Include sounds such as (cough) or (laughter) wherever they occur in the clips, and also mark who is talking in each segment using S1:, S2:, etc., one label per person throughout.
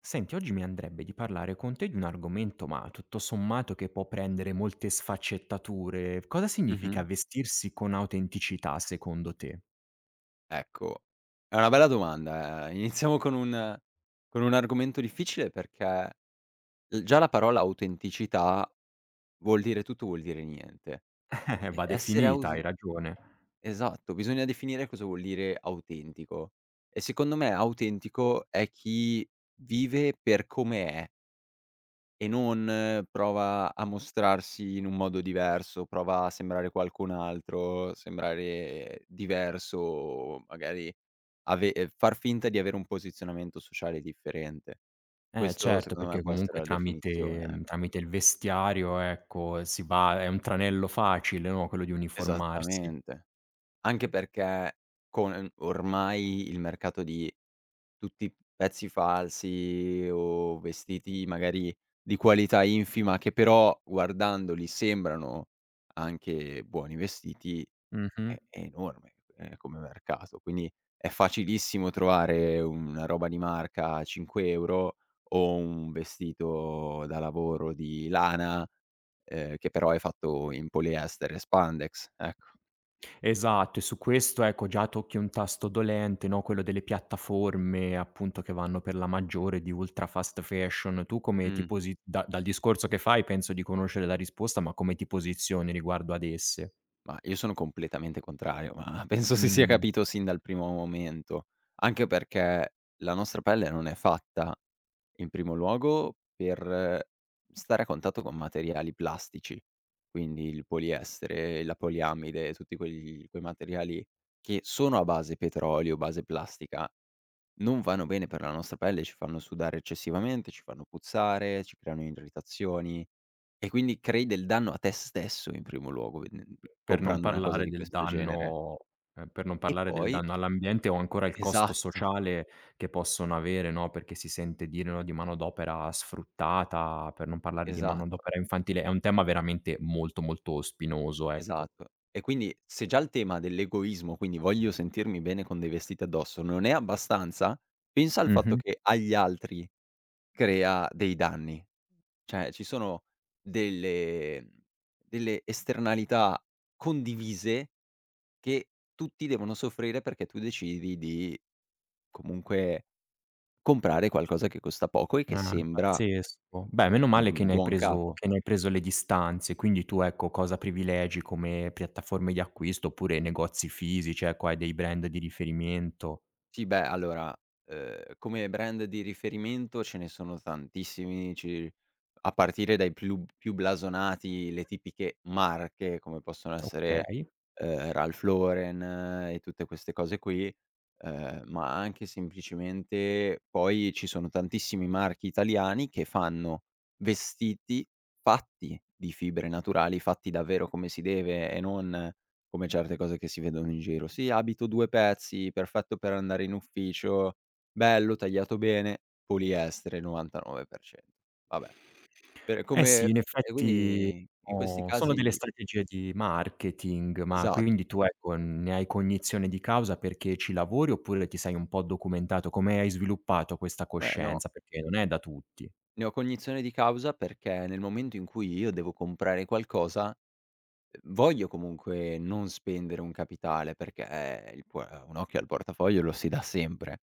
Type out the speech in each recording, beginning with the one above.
S1: Senti, oggi mi andrebbe di parlare con te di un argomento, ma tutto sommato che può prendere molte sfaccettature. Cosa significa
S2: Mh-mh.
S1: vestirsi con autenticità secondo te?
S2: Ecco, è una bella domanda. Iniziamo con un argomento difficile perché l già la parola autenticità vuol dire tutto, vuol dire niente.
S1: (laughs) Va
S2: Essere aus
S1: definita, hai ragione.
S2: esatto, bisogna definire cosa vuol dire autentico e secondo me autentico è chi vive per come è. E non prova a mostrarsi in un modo diverso, prova a sembrare qualcun altro, sembrare diverso, magari ave far finta di avere un posizionamento sociale differente.
S1: Eh
S2: Questo
S1: certo,
S2: secondo me
S1: perché
S2: può essere
S1: comunque
S2: la definizione,
S1: tramite
S2: ecco.
S1: tramite il vestiario, ecco, si va è un tranello facile, no, quello di uniformarsi.
S2: Esattamente. Anche perché con ormai il mercato di tutti pezzi falsi o vestiti magari di qualità infima che però guardandoli sembrano anche buoni vestiti, è
S1: Mh-mh.
S2: è enorme, come mercato. Quindi è facilissimo trovare una roba di marca a 5 € o un vestito da lavoro di lana, che però è fatto in poliestere e spandex, ecco.
S1: Esatto, e su questo ecco già tocchi un tasto dolente, no, quello delle piattaforme appunto che vanno per la maggiore di ultra fast fashion. Tu come ti
S2: Mh.
S1: posi da dal discorso che fai penso di conoscere la risposta, ma come ti posizioni riguardo ad esse?
S2: Ma io sono completamente contrario, ma (laughs) penso si sia
S1: Mhmm,
S2: capito sin dal primo momento, anche perché la nostra pelle non è fatta, in primo luogo, per stare a contatto con materiali plastici, quindi il poliestere, la poliamide, tutti quegli quei materiali che sono a base petrolio, base plastica non vanno bene per la nostra pelle, ci fanno sudare eccessivamente, ci fanno puzzare, ci creano irritazioni e quindi crei del danno a te stesso in primo luogo, ve n
S1: per non
S2: comprando una cosa
S1: parlare
S2: di
S1: del
S2: questo genere.
S1: danno per non
S2: E
S1: parlare del
S2: poi
S1: danno all'ambiente o ancora il costo
S2: Esatto,
S1: sociale che possono avere, no, perché si sente dire, no, di manodopera sfruttata, per non parlare di
S2: esatto,
S1: manodopera infantile. È un tema veramente molto, molto spinoso, ecco.
S2: esatto. E quindi se già il tema dell'egoismo, quindi voglio sentirmi bene con dei vestiti addosso, non è abbastanza, pensa al fatto
S1: Mh-mh.
S2: che agli altri crea dei danni. Cioè ci sono delle mhmm, delle esternalità condivise che tutti devono soffrire perché tu decidi di comunque comprare qualcosa che costa poco e che
S1: Ah,
S2: sembra,
S1: pazzesco. Beh, meno male che
S2: mhmm, un
S1: ne hai
S2: buon
S1: preso
S2: capo.
S1: che ne hai preso le distanze, quindi tu, ecco, cosa privilegi come piattaforme di acquisto oppure negozi fisici, ecco, hai dei brand di riferimento.
S2: Sì, beh, allora, come brand di riferimento ce ne sono tantissimi, ci a partire dai più blasonati, le tipiche marche, come possono essere,
S1: Okay.
S2: Ralph Lauren e tutte queste cose qui, ma anche semplicemente poi ci sono tantissimi marchi italiani che fanno vestiti fatti di fibre naturali, fatti davvero come si deve e non come certe cose che si vedono in giro. Sì, abito 2 pezzi, perfetto per andare in ufficio, bello, tagliato bene, poliestere 99%. Vabbè, per
S1: Eh sì,
S2: come
S1: in
S2: e
S1: effetti
S2: quindi in questi
S1: sono delle
S2: casi
S1: strategie di marketing, ma
S2: esatto.
S1: quindi tu, ecco, ne hai cognizione di causa perché ci lavori oppure ti sei un po' documentato? Come hai sviluppato questa
S2: No,
S1: coscienza? Perché non è da tutti.
S2: ne ho cognizione di causa perché nel momento in cui io devo comprare qualcosa, voglio comunque non spendere un capitale perché il pue un occhio al portafoglio lo si dà sempre.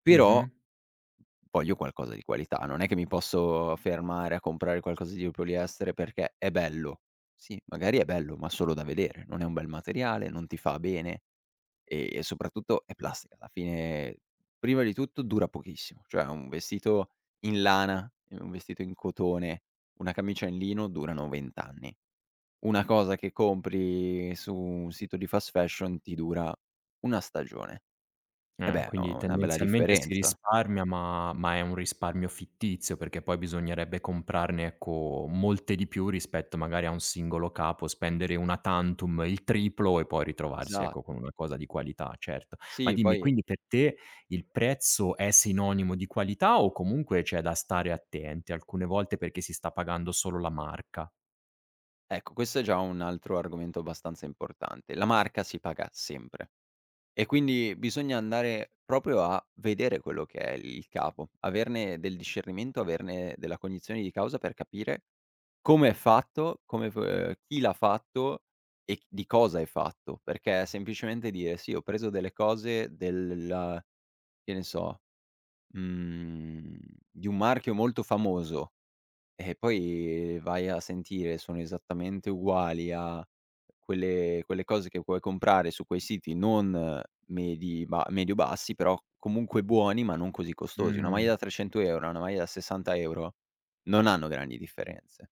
S2: Però
S1: Mh-mh.
S2: voglio qualcosa di qualità, non è che mi posso fermare a comprare qualcosa di poliestere perché è bello. Sì, magari è bello, ma solo da vedere, non è un bel materiale, non ti fa bene e soprattutto è plastica. Alla fine, prima di tutto, dura pochissimo, cioè un vestito in lana, un vestito in cotone, una camicia in lino durano 20 anni. Una cosa che compri su un sito di fast fashion ti dura 1 stagione. E beh, è
S1: Quindi
S2: una bella
S1: tendenzialmente si
S2: differenza.
S1: risparmia, ma è un risparmio fittizio, perché poi bisognerebbe comprarne, ecco, molte di più rispetto magari a un singolo capo, spendere una tantum il triplo e poi ritrovarsi, ecco, con
S2: Esatto.
S1: una cosa di qualità, certo. Ma
S2: Sì,
S1: dimmi,
S2: poi
S1: quindi per te il prezzo è sinonimo di qualità o comunque c'è da stare attenti alcune volte perché si sta pagando solo la marca?
S2: ecco, questo è già un altro argomento abbastanza importante. La marca si paga sempre e quindi bisogna andare proprio a vedere quello che è il capo, averne del discernimento, averne della cognizione di causa per capire come è fatto, come f chi l'ha fatto e c di cosa è fatto, perché semplicemente dire: "Sì, ho preso delle cose del" che ne so, mhmm, di un marchio molto famoso e poi vai a sentire, sono esattamente uguali a quelle cose che puoi comprare su quei siti non medio-bassi, però comunque buoni, ma non così costosi. Una maglia
S1: Mh.
S2: da 300 €, una maglia da 60 € non hanno grandi differenze.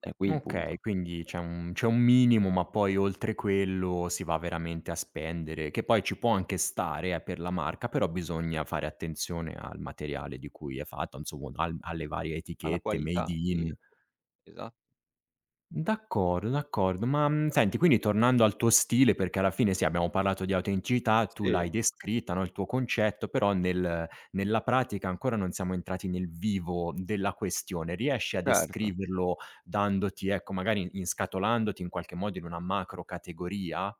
S2: Beh. È qui il
S1: Okay,
S2: punto.
S1: quindi c'è un minimo, ma poi oltre quello si va veramente a spendere, che poi ci può anche stare per la marca, però bisogna fare attenzione al materiale di cui è fatta, insomma al alle varie
S2: Alla
S1: etichette, made
S2: qualità,
S1: in.
S2: sì. Esatto.
S1: D'accordo, d'accordo. Ma, senti, quindi tornando al tuo stile, perché alla fine sì, abbiamo parlato di autenticità, tu l'hai
S2: Sì,
S1: descritta, no, il tuo concetto, però nella pratica ancora non siamo entrati nel vivo della questione. Riesci a
S2: certo.
S1: descriverlo dandoti ecco, magari inscatolandoti in qualche modo in una macro categoria?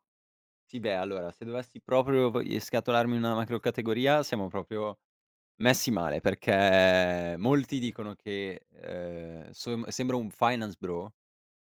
S2: Sì, beh, allora se dovessi proprio poi scatolarmi in una macrocategoria siamo proprio messi male, perché molti dicono che, som sembra un finance bro,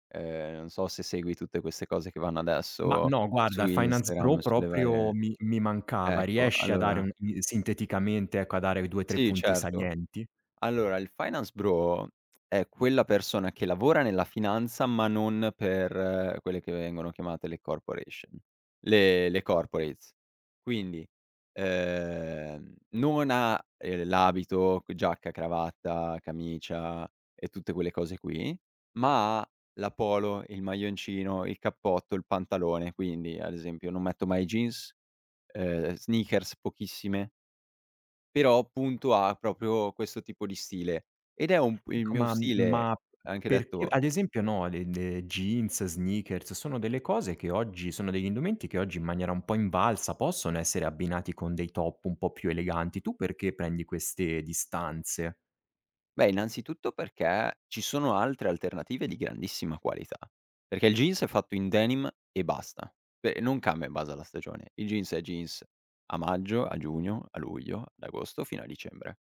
S2: non so se segui tutte queste cose che vanno
S1: Ma
S2: adesso
S1: no,
S2: su
S1: guarda, Finance Bro
S2: Instagram, sulle
S1: proprio
S2: varie
S1: mi mancava.
S2: ecco,
S1: Riesci a dare
S2: allora
S1: un i sinteticamente, ecco, a dare 2, 3
S2: sì,
S1: punti
S2: certo.
S1: salienti?
S2: Allora, il finance bro è quella persona che lavora nella finanza, ma non per quelle che vengono chiamate le corporation, le corporates. Quindi, non ha, l'abito, giacca, cravatta, camicia e tutte quelle cose qui, ma ha la polo, il maglioncino, il cappotto, il pantalone. Quindi, ad esempio, non metto mai jeans, sneakers pochissime però punto a proprio questo tipo di stile. Ed è un p il
S1: Ecco,
S2: mio stile anche
S1: perché
S2: detto
S1: ad esempio no, le jeans, sneakers, sono delle cose che oggi sono degli indumenti che oggi in maniera un po' invalsa possono essere abbinati con dei top un po' più eleganti. Tu perché prendi queste distanze?
S2: beh, innanzitutto perché ci sono altre alternative di grandissima qualità, perché il jeans è fatto in denim e basta, cioè non cambia in base alla stagione. Il jeans è jeans a maggio, a giugno, a luglio, ad agosto fino a dicembre.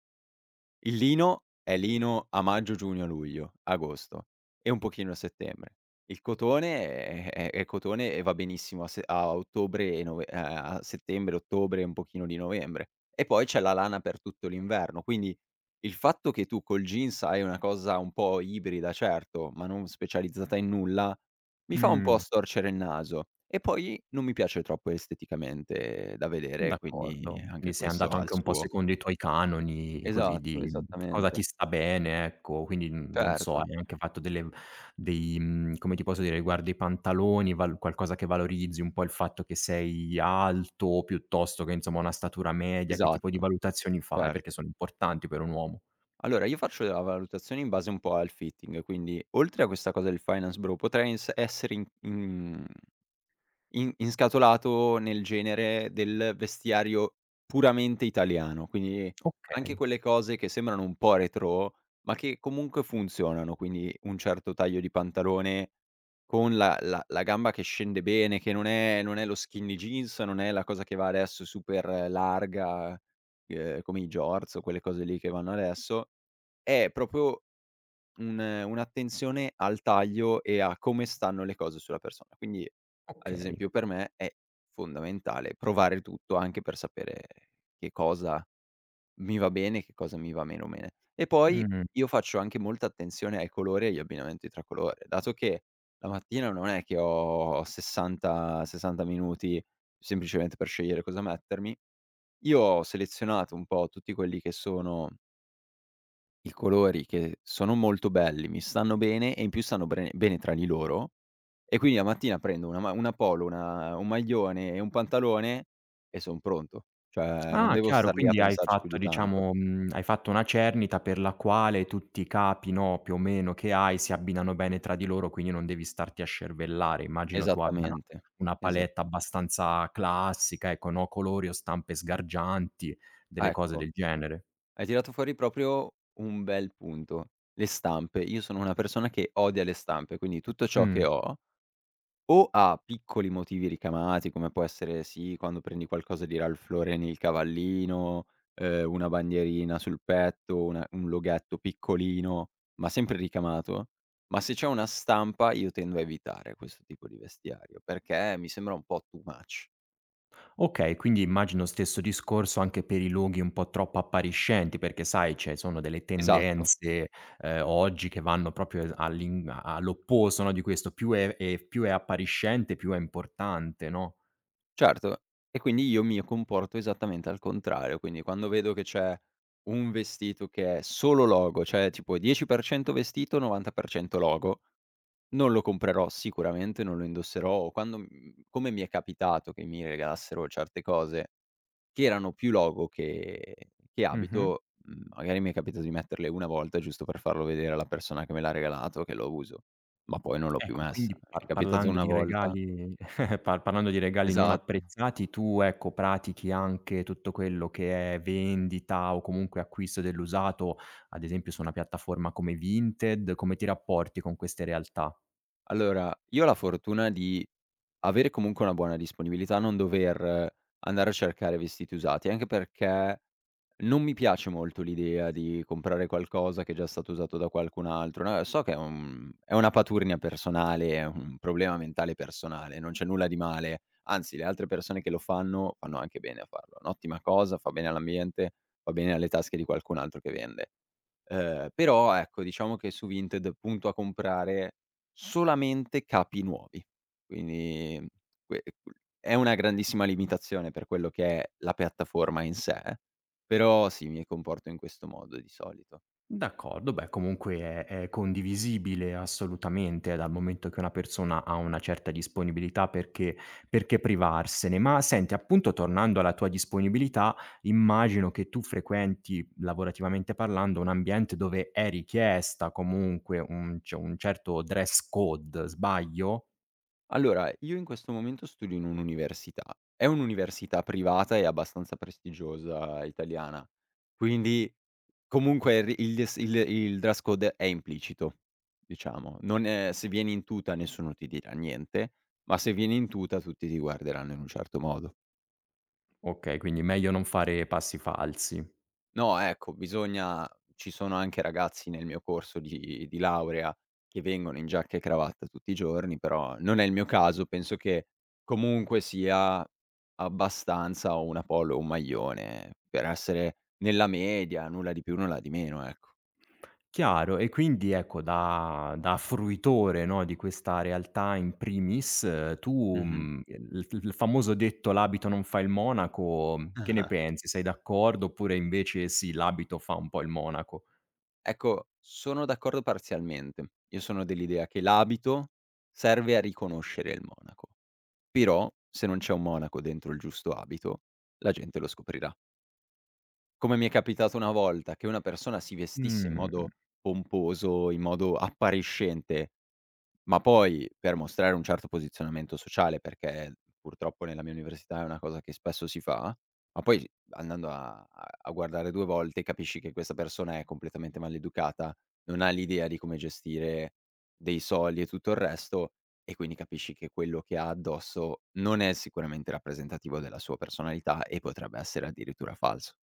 S2: Il lino è lino a maggio, giugno, luglio, agosto e un pochino a settembre. Il cotone è cotone e va benissimo a se a ottobre e nove a settembre, ottobre e un pochino di novembre. E poi c'è la lana per tutto l'inverno, quindi il fatto che tu col jeans hai una cosa un po' ibrida, certo, ma non specializzata in nulla, mi fa un po'
S1: Mh.
S2: storcere il naso. E poi non mi piace troppo esteticamente da vedere, quindi
S1: D'accordo. Quindi
S2: anche
S1: sei
S2: questo
S1: andato
S2: ha il
S1: anche un po'
S2: suo.
S1: secondo i tuoi canoni così
S2: Esatto,
S1: di cosa ti
S2: esattamente.
S1: sta bene, ecco. Quindi, non so,
S2: Certo,
S1: hai anche fatto delle v dei come ti posso dire, riguardo i pantaloni, val qualcosa che valorizzi, un po' il fatto che sei alto, piuttosto che insomma una statura media, che tipo di
S2: esatto,
S1: valutazioni fai? Perché
S2: certo.
S1: sono importanti per un uomo.
S2: Allora io faccio la valutazione in base un po' al fitting, quindi oltre a questa cosa del finance bro, potrei ins essere in in In inscatolato nel genere del vestiario puramente italiano, quindi anche
S1: Okay,
S2: quelle cose che sembrano un po' retrò, ma che comunque funzionano, quindi un certo taglio di pantalone con la gamba che scende bene, che non è lo skinny jeans, non è la cosa che va adesso super larga, come i jorts o quelle cose lì che vanno adesso, è proprio un'attenzione al taglio e a come stanno le cose sulla persona. Quindi, ad
S1: okay.
S2: esempio, per me è fondamentale provare tutto anche per sapere che cosa mi va bene e che cosa mi va meno bene. E poi
S1: Mh.
S2: io faccio anche molta attenzione ai colori e agli abbinamenti tra colore, dato che la mattina non è che ho 60 minuti semplicemente per scegliere cosa mettermi. Io ho selezionato un po' tutti quelli che sono i colori che sono molto belli, mi stanno bene e in più stanno bene bene tra di loro e quindi la mattina prendo una polo, una un maglione e un pantalone e son pronto. Cioè non
S1: Ah,
S2: devo
S1: chiaro,
S2: star lì a
S1: quindi hai
S2: pensarci più
S1: fatto
S2: di tanto.
S1: diciamo hai fatto una cernita per la quale tutti i capi, no, più o meno che hai si abbinano bene tra di loro, quindi non devi starti a scervellare. Immagino tu abbia
S2: Esattamente,
S1: una palette
S2: esattamen
S1: abbastanza classica, ecco, no, colori o stampe sgargianti, delle cose
S2: ecco,
S1: del genere.
S2: hai tirato fuori proprio un bel punto: le stampe. Io sono una persona che odia le stampe, quindi tutto ciò che
S1: Mh.
S2: ho o ha piccoli motivi ricamati, come può essere, sì, quando prendi qualcosa di Ralph Lauren il cavallino, una bandierina sul petto, una un loghetto piccolino, ma sempre ricamato. Ma se c'è una stampa io tendo a evitare questo tipo di vestiario, perché mi sembra un po' too much.
S1: Okay, quindi immagino stesso discorso anche per i luoghi un po' troppo appariscenti, perché sai ci sono delle
S2: Esatto,
S1: tendenze, oggi che vanno proprio es all'opposto, no, di questo, più è più è appariscente più è importante, no?
S2: certo. E quindi io mi comporto esattamente al contrario, quindi quando vedo che c'è un vestito che è solo logo, cioè tipo 10% vestito, 90% logo, non lo comprerò sicuramente, non lo indosserò. O quando come mi è capitato che mi regalassero certe cose che erano più logo che
S1: Mh-mh.
S2: abito, magari mi è capitato di metterle una volta giusto per farlo vedere alla persona che me l'ha regalato, che lo uso, ma poi non l'ho più
S1: Ecco, quindi
S2: messa. È capitato
S1: parlando
S2: una
S1: di
S2: volta
S1: regali (laughs) parlando di regali non
S2: esatto.
S1: apprezzati, tu ecco pratichi anche tutto quello che è vendita o comunque acquisto dell'usato, ad esempio su una piattaforma come Vinted, come ti rapporti con queste realtà?
S2: Allora, io ho la fortuna di avere comunque una buona disponibilità, non dover andare a cercare vestiti usati, anche perché non mi piace molto l'idea di comprare qualcosa che è già stato usato da qualcun altro, no, so che è una paturnia personale, è un problema mentale personale, non c'è nulla di male, anzi le altre persone che lo fanno, fanno anche bene a farlo. È un'ottima cosa, fa bene all'ambiente, fa bene alle tasche di qualcun altro che vende. Però ecco, diciamo che su Vinted punto a comprare solamente capi nuovi. Quindi que q è una grandissima limitazione per quello che è la piattaforma in sé, però sì, mi comporto in questo modo di solito.
S1: D'accordo, beh comunque è condivisibile assolutamente, dal momento che una persona ha una certa disponibilità perché privarsene. Ma senti, appunto tornando alla tua disponibilità, immagino che tu frequenti, lavorativamente parlando, un ambiente dove è richiesta comunque un certo dress code, sbaglio?
S2: Allora, io in questo momento studio in un'università. È un'università privata e abbastanza prestigiosa italiana, quindi comunque il s il dress code è implicito, diciamo. Non è se vieni in tuta nessuno ti dirà niente, ma se vieni in tuta tutti ti guarderanno in un certo modo.
S1: Okay, quindi meglio non fare passi falsi.
S2: No, ecco, bisogna ci sono anche ragazzi nel mio corso di laurea che vengono in giacca e cravatta tutti i giorni, però non è il mio caso, penso che comunque sia abbastanza una polo o un maglione per essere nella media, nulla di più, nulla di meno, ecco.
S1: Chiaro, e quindi ecco da fruitore, no, di questa realtà in primis, tu,
S2: Mh-mh.
S1: mhmm, il famoso detto: "L'abito non fa il monaco",
S2: (laughs)
S1: che ne
S2: Ah-ah.
S1: pensi? Sei d'accordo oppure invece sì, l'abito fa un po' il monaco?
S2: Ecco, sono d'accordo parzialmente. Io sono dell'idea che l'abito serve a riconoscere il monaco, però se non c'è un monaco dentro il giusto abito, la gente lo scoprirà. Come mi è capitato una volta, che una persona si vestisse in
S1: Mh.
S2: modo pomposo, in modo appariscente, ma poi per mostrare un certo posizionamento sociale, perché purtroppo nella mia università è una cosa che spesso si fa, ma poi andando a guardare 2 volte capisci che questa persona è completamente maleducata, non ha l'idea di come gestire dei soldi e tutto il resto, e quindi capisci che quello che ha addosso non è sicuramente rappresentativo della sua personalità e potrebbe essere addirittura falso.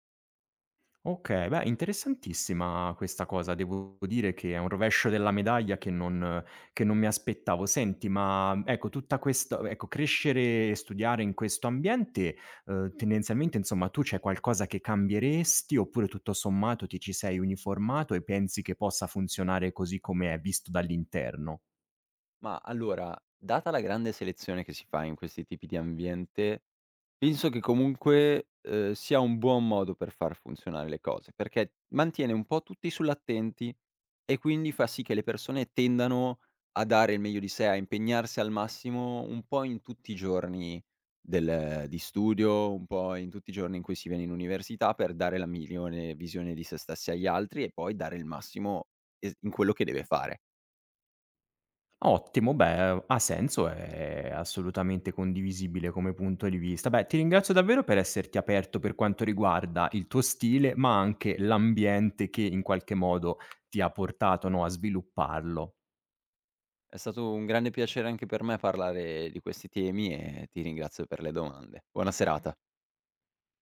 S1: Okay, beh interessantissima questa cosa. Devo dire che è un rovescio della medaglia che non mi aspettavo. Senti, ma ecco tutta questa ecco crescere e studiare in questo ambiente, tendenzialmente insomma tu c'è qualcosa che cambieresti, oppure tutto sommato ti ci sei uniformato e pensi che possa funzionare così come è visto dall'interno?
S2: Ma allora, data la grande selezione che si fa in questi tipi di ambiente, penso che comunque, sia un buon modo per far funzionare le cose, perché mantiene un po' tutti sull'attenti e quindi fa sì che le persone tendano a dare il meglio di sé, a impegnarsi al massimo un po' in tutti i giorni del di studio, un po' in tutti i giorni in cui si viene in università per dare la migliore visione di se stessi agli altri e poi dare il massimo es in quello che deve fare.
S1: Ottimo, beh, ha senso, è assolutamente condivisibile come punto di vista. Beh, ti ringrazio davvero per esserti aperto per quanto riguarda il tuo stile, ma anche l'ambiente che in qualche modo ti ha portato, no, a svilupparlo.
S2: È stato un grande piacere anche per me parlare di questi temi e ti ringrazio per le domande. Buona serata.